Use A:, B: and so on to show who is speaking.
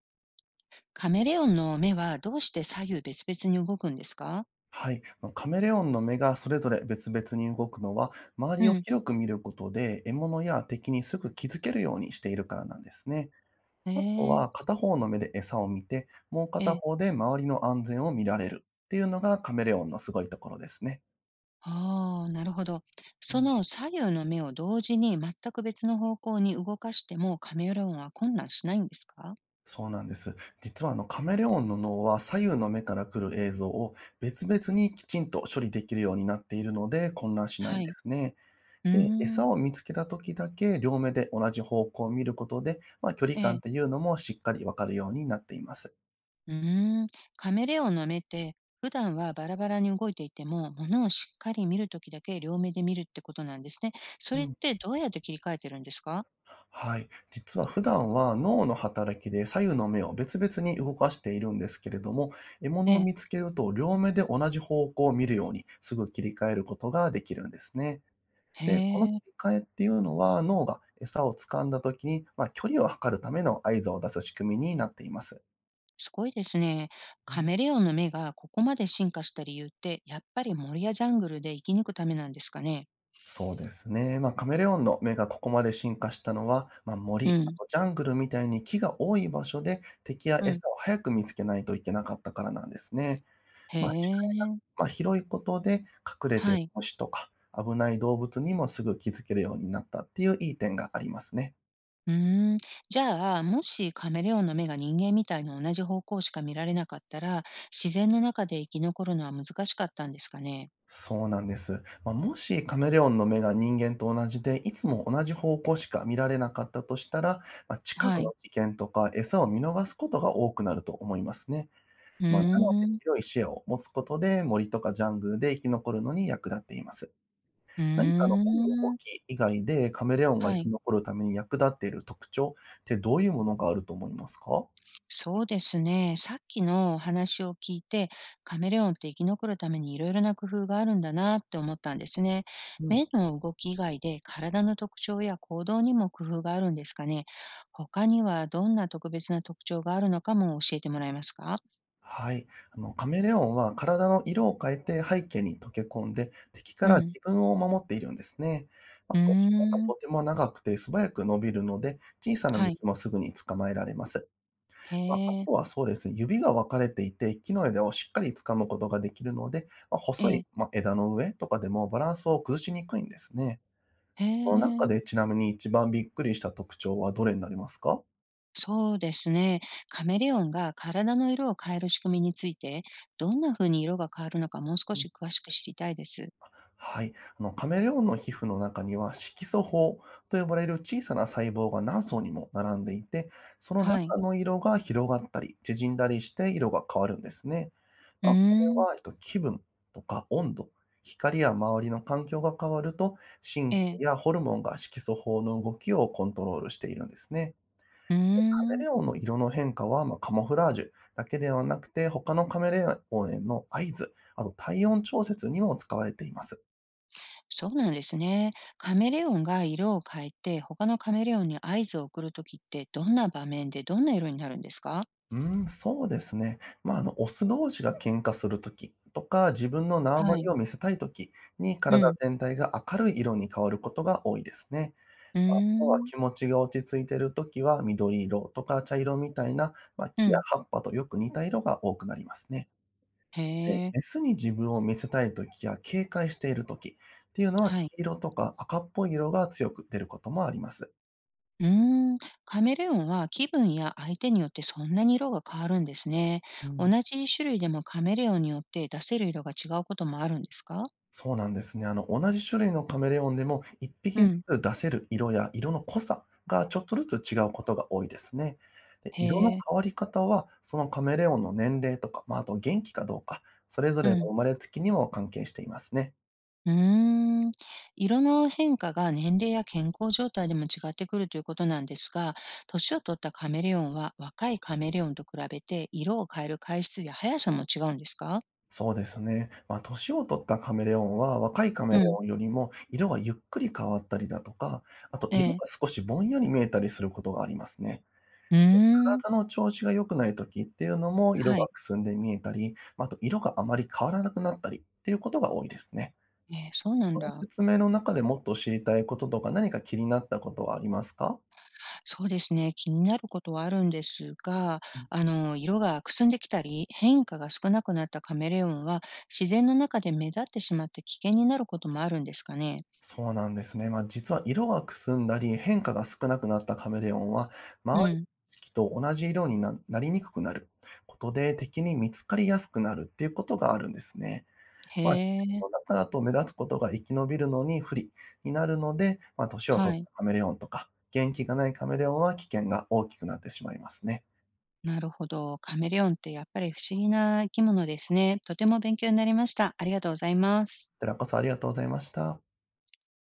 A: カメレオンの目はどうして左右別々に動くんですか？
B: はい、カメレオンの目がそれぞれ別々に動くのは、周
A: う
B: りを
A: ん。
B: 広く見ることで獲物や敵にすぐ気づけるようにしているからなんですね。
A: え
B: あと
A: え、
B: は片方の目で餌を見て、もう
A: え
B: 片
A: え。
B: 方で周りの安全を見られるっていうのがカメレオンのすごいところですね。
A: ああ、なるほど。
B: う
A: そ
B: ん、
A: の左右の目を同時に全く別の方向に動かしてもカメレオンは混乱しないんですか？
B: そうなんです。実はカメレオンの脳は左右の目から来る映像を別々にきちんと処理できるようになっているので混乱しないん
A: は
B: で
A: い。
B: すね。
A: う
B: で、
A: ーん、
B: 餌を見つけた時だけ両目で同じ方向を見ることで、まあ、距離
A: え
B: 感っ
A: え。
B: ていうのもしっかりわかるようになっています。
A: うーん。カメレオンの目って普段はバラバラに動いていても、ものをしっかり見るときだけ両目で見るってことなんですね。そ
B: う
A: れっ
B: ん。
A: てどうやって切り替えてるんですか？
B: はい。実は普段は脳の働きで左右の目を別々に動かしているんですけれども、獲物
A: え
B: を
A: え。
B: 見つけると両目で同じ方向を見るようにすぐ切り替えることができるんですね。
A: へ
B: で、この切
A: え。
B: り替えっていうのは脳が餌を掴んだ時に、まあ、距離を測るための合図を出す仕組みになっています。
A: すごいですね。カメレオンの目がここまで進化した理由って、やっぱり森やジャングルで生き抜くためなんですかね。
B: そうですね。まあ、カメレオンの目がここまで進化したのは、まあ、
A: う
B: 森、あ
A: ん。
B: とジャングルみたいに木が多い場所で敵や
A: うん。
B: 餌を早く見つけないといけなかったからなんですね。
A: へ
B: まあ、視界が、
A: え。
B: まあ、広いことで隠れてい
A: は
B: る
A: い。
B: 虫とか危ない動物にもすぐ気づけるようになったっていういい点がありますね。
A: うーん。じゃあ、もしカメレオンの目が人間みたいな同じ方向しか見られなかったら、自然の中で生き残るのは難しかったんですかね。
B: そうなんです。まあ、もしカメレオンの目が人間と同じで、いつも同じ方向しか見られなかったとしたら、まあ、近
A: は
B: く
A: い。
B: の危険とか餌を見逃すことが多くなると思いますね。
A: うー
B: まあ、なので、
A: ん。
B: 広い視野を持つことで、森とかジャングルで生き残るのに役立っています。
A: うー
B: 何かの目の動
A: ん。
B: き以外で、カメレオンが
A: は
B: 生き
A: い。
B: 残るために役立っている特徴ってどういうものがあると思いますか？
A: そうですね。さっきのお話を聞いて、カメレオンって生き残るためにいろいろな工夫があるんだなって思ったんですね。
B: うん。
A: 目の動き以外で体の特徴や行動にも工夫があるんですかね。他にはどんな特別な特徴があるのかも教えてもらえますか？
B: はい。カメレオンは体の色を変えて背景に溶け込んで、敵か
A: う
B: ら自
A: ん。
B: 分を守っているんですね。ま
A: う
B: あ
A: ー
B: と、舌が
A: ん。
B: とても長くて素早く伸びるので、小さな
A: はい。
B: 虫もすぐに捕まえられます。
A: へ
B: まあ、あ
A: え。
B: とはそうですね、指が分かれていて、木の枝をしっかり掴むことができるので、まあ、
A: え
B: 細い、
A: え。
B: まあ、枝の上とかでもバランスを崩しにくいんですね。
A: へ
B: この中
A: え。
B: でちなみに一番びっくりした特徴はどれになりますか？
A: そうですね。カメレオンが体の色を変える仕組みについて、どんな風に色が変わるのかもう少し詳しく知りたいです。
B: はい。カメレオンの皮膚の中には色素胞と呼ばれる小さな細胞が何層にも並んでいて、その
A: はい。
B: 中の色が広がったり、縮んだりして色が変わるんですね。
A: うー
B: まあ、こ
A: ん。
B: れは、気分とか温度、光や周りの環境が変わると、神
A: え
B: 経
A: え。
B: やホルモンが色素胞の動きをコントロールしているんですね。
A: うー
B: カメ
A: ん、
B: レオンの色の変化は、まあ、カモフラージュだけではなくて、他のカメレオンへの合図、あと体温調節にも使われています。
A: そうなんですね。カメレオンが色を変えて、他のカメレオンに合図を送るときって、どんな場面でどんな色になるんですか？
B: うーん、そうですね。まあ、オス同士が喧嘩するときとか、自分の縄張
A: は
B: り
A: い。
B: を見せたいときに、
A: う
B: 体
A: ん。
B: 全体が明るい色に変わることが多いですね。
A: うー
B: まあとは
A: ん。
B: 気持ちが落ち着いているときは、緑色とか茶色みたいな、まあ、
A: う
B: 木や
A: ん。
B: 葉っぱとよく似た色が多くなりますね。
A: へ
B: で、
A: え。
B: メスに自分を見せたい時や警戒している時っていうのは、
A: は
B: 黄
A: い。
B: 色とか赤っぽい色が強く出ることもあります。
A: うーん。カメレオンは気分や相手によってそんなに色が変わるんですね。
B: う
A: 同
B: ん、
A: じ種類でもカメレオンによって出せる色が違うこともあるんですか？
B: そうなんですね。同じ種類のカメレオンでも、1
A: う
B: 匹ず
A: ん。
B: つ出せる色や色の濃さがちょっとずつ違うことが多いですね。で、
A: へ
B: 色の
A: え。
B: 変わり方は、そのカメレオンの年齢とか、まあ、あと元気かどうか、それぞ
A: う
B: れの
A: ん。
B: 生まれつきにも関係していますね。
A: うーん。色の変化が年齢や健康状態でも違ってくるということなんですが、年を取ったカメレオンは若いカメレオンと比べて色を変える回数や速さも違うんですか？
B: そうですね。まあ、年を取ったカメレオンは、若いカ
A: う
B: メレ
A: ん。
B: オンよりも色がゆっくり変わったりだとか、あと
A: え
B: 色
A: え。
B: が少しぼんやり見えたりすることがありますね。
A: うーん。
B: 体の調子が良くない時っていうのも、色
A: は
B: が
A: い。
B: くすんで見えたり、まあ、あと色があまり変わらなくなったりっていうことが多いですね。
A: ええ、そうなん
B: この
A: だ。
B: 説明の中でもっと知りたいこととか、何か気になったことはありますか？
A: そうですね。気になることはあるんですが、あの、色がくすんできたり、変化が少なくなったカメレオンは、自然の中で目立ってしまって危険になることもあるんですかね。
B: そうなんですね。まあ、実は色がくすんだり、変化が少なくなったカメレオンは、
A: う
B: 周りの
A: ん。
B: 景色と同じ色にななりにくくなることで、敵に見つかりやすくなるっていうことがあるんですね。
A: へ
B: まあ、自然
A: え。
B: の中だと目立つことが生き延びるのに不利になるので、まあ、年を
A: は
B: 取っ
A: い。
B: たカメレオンとか、元気がないカメレオンは危険が大きくなってしまいますね。
A: なるほど。カメレオンってやっぱり不思議な生き物ですね。とても勉強になりました。ありがとうございます。
B: こちらこそありがとうございました。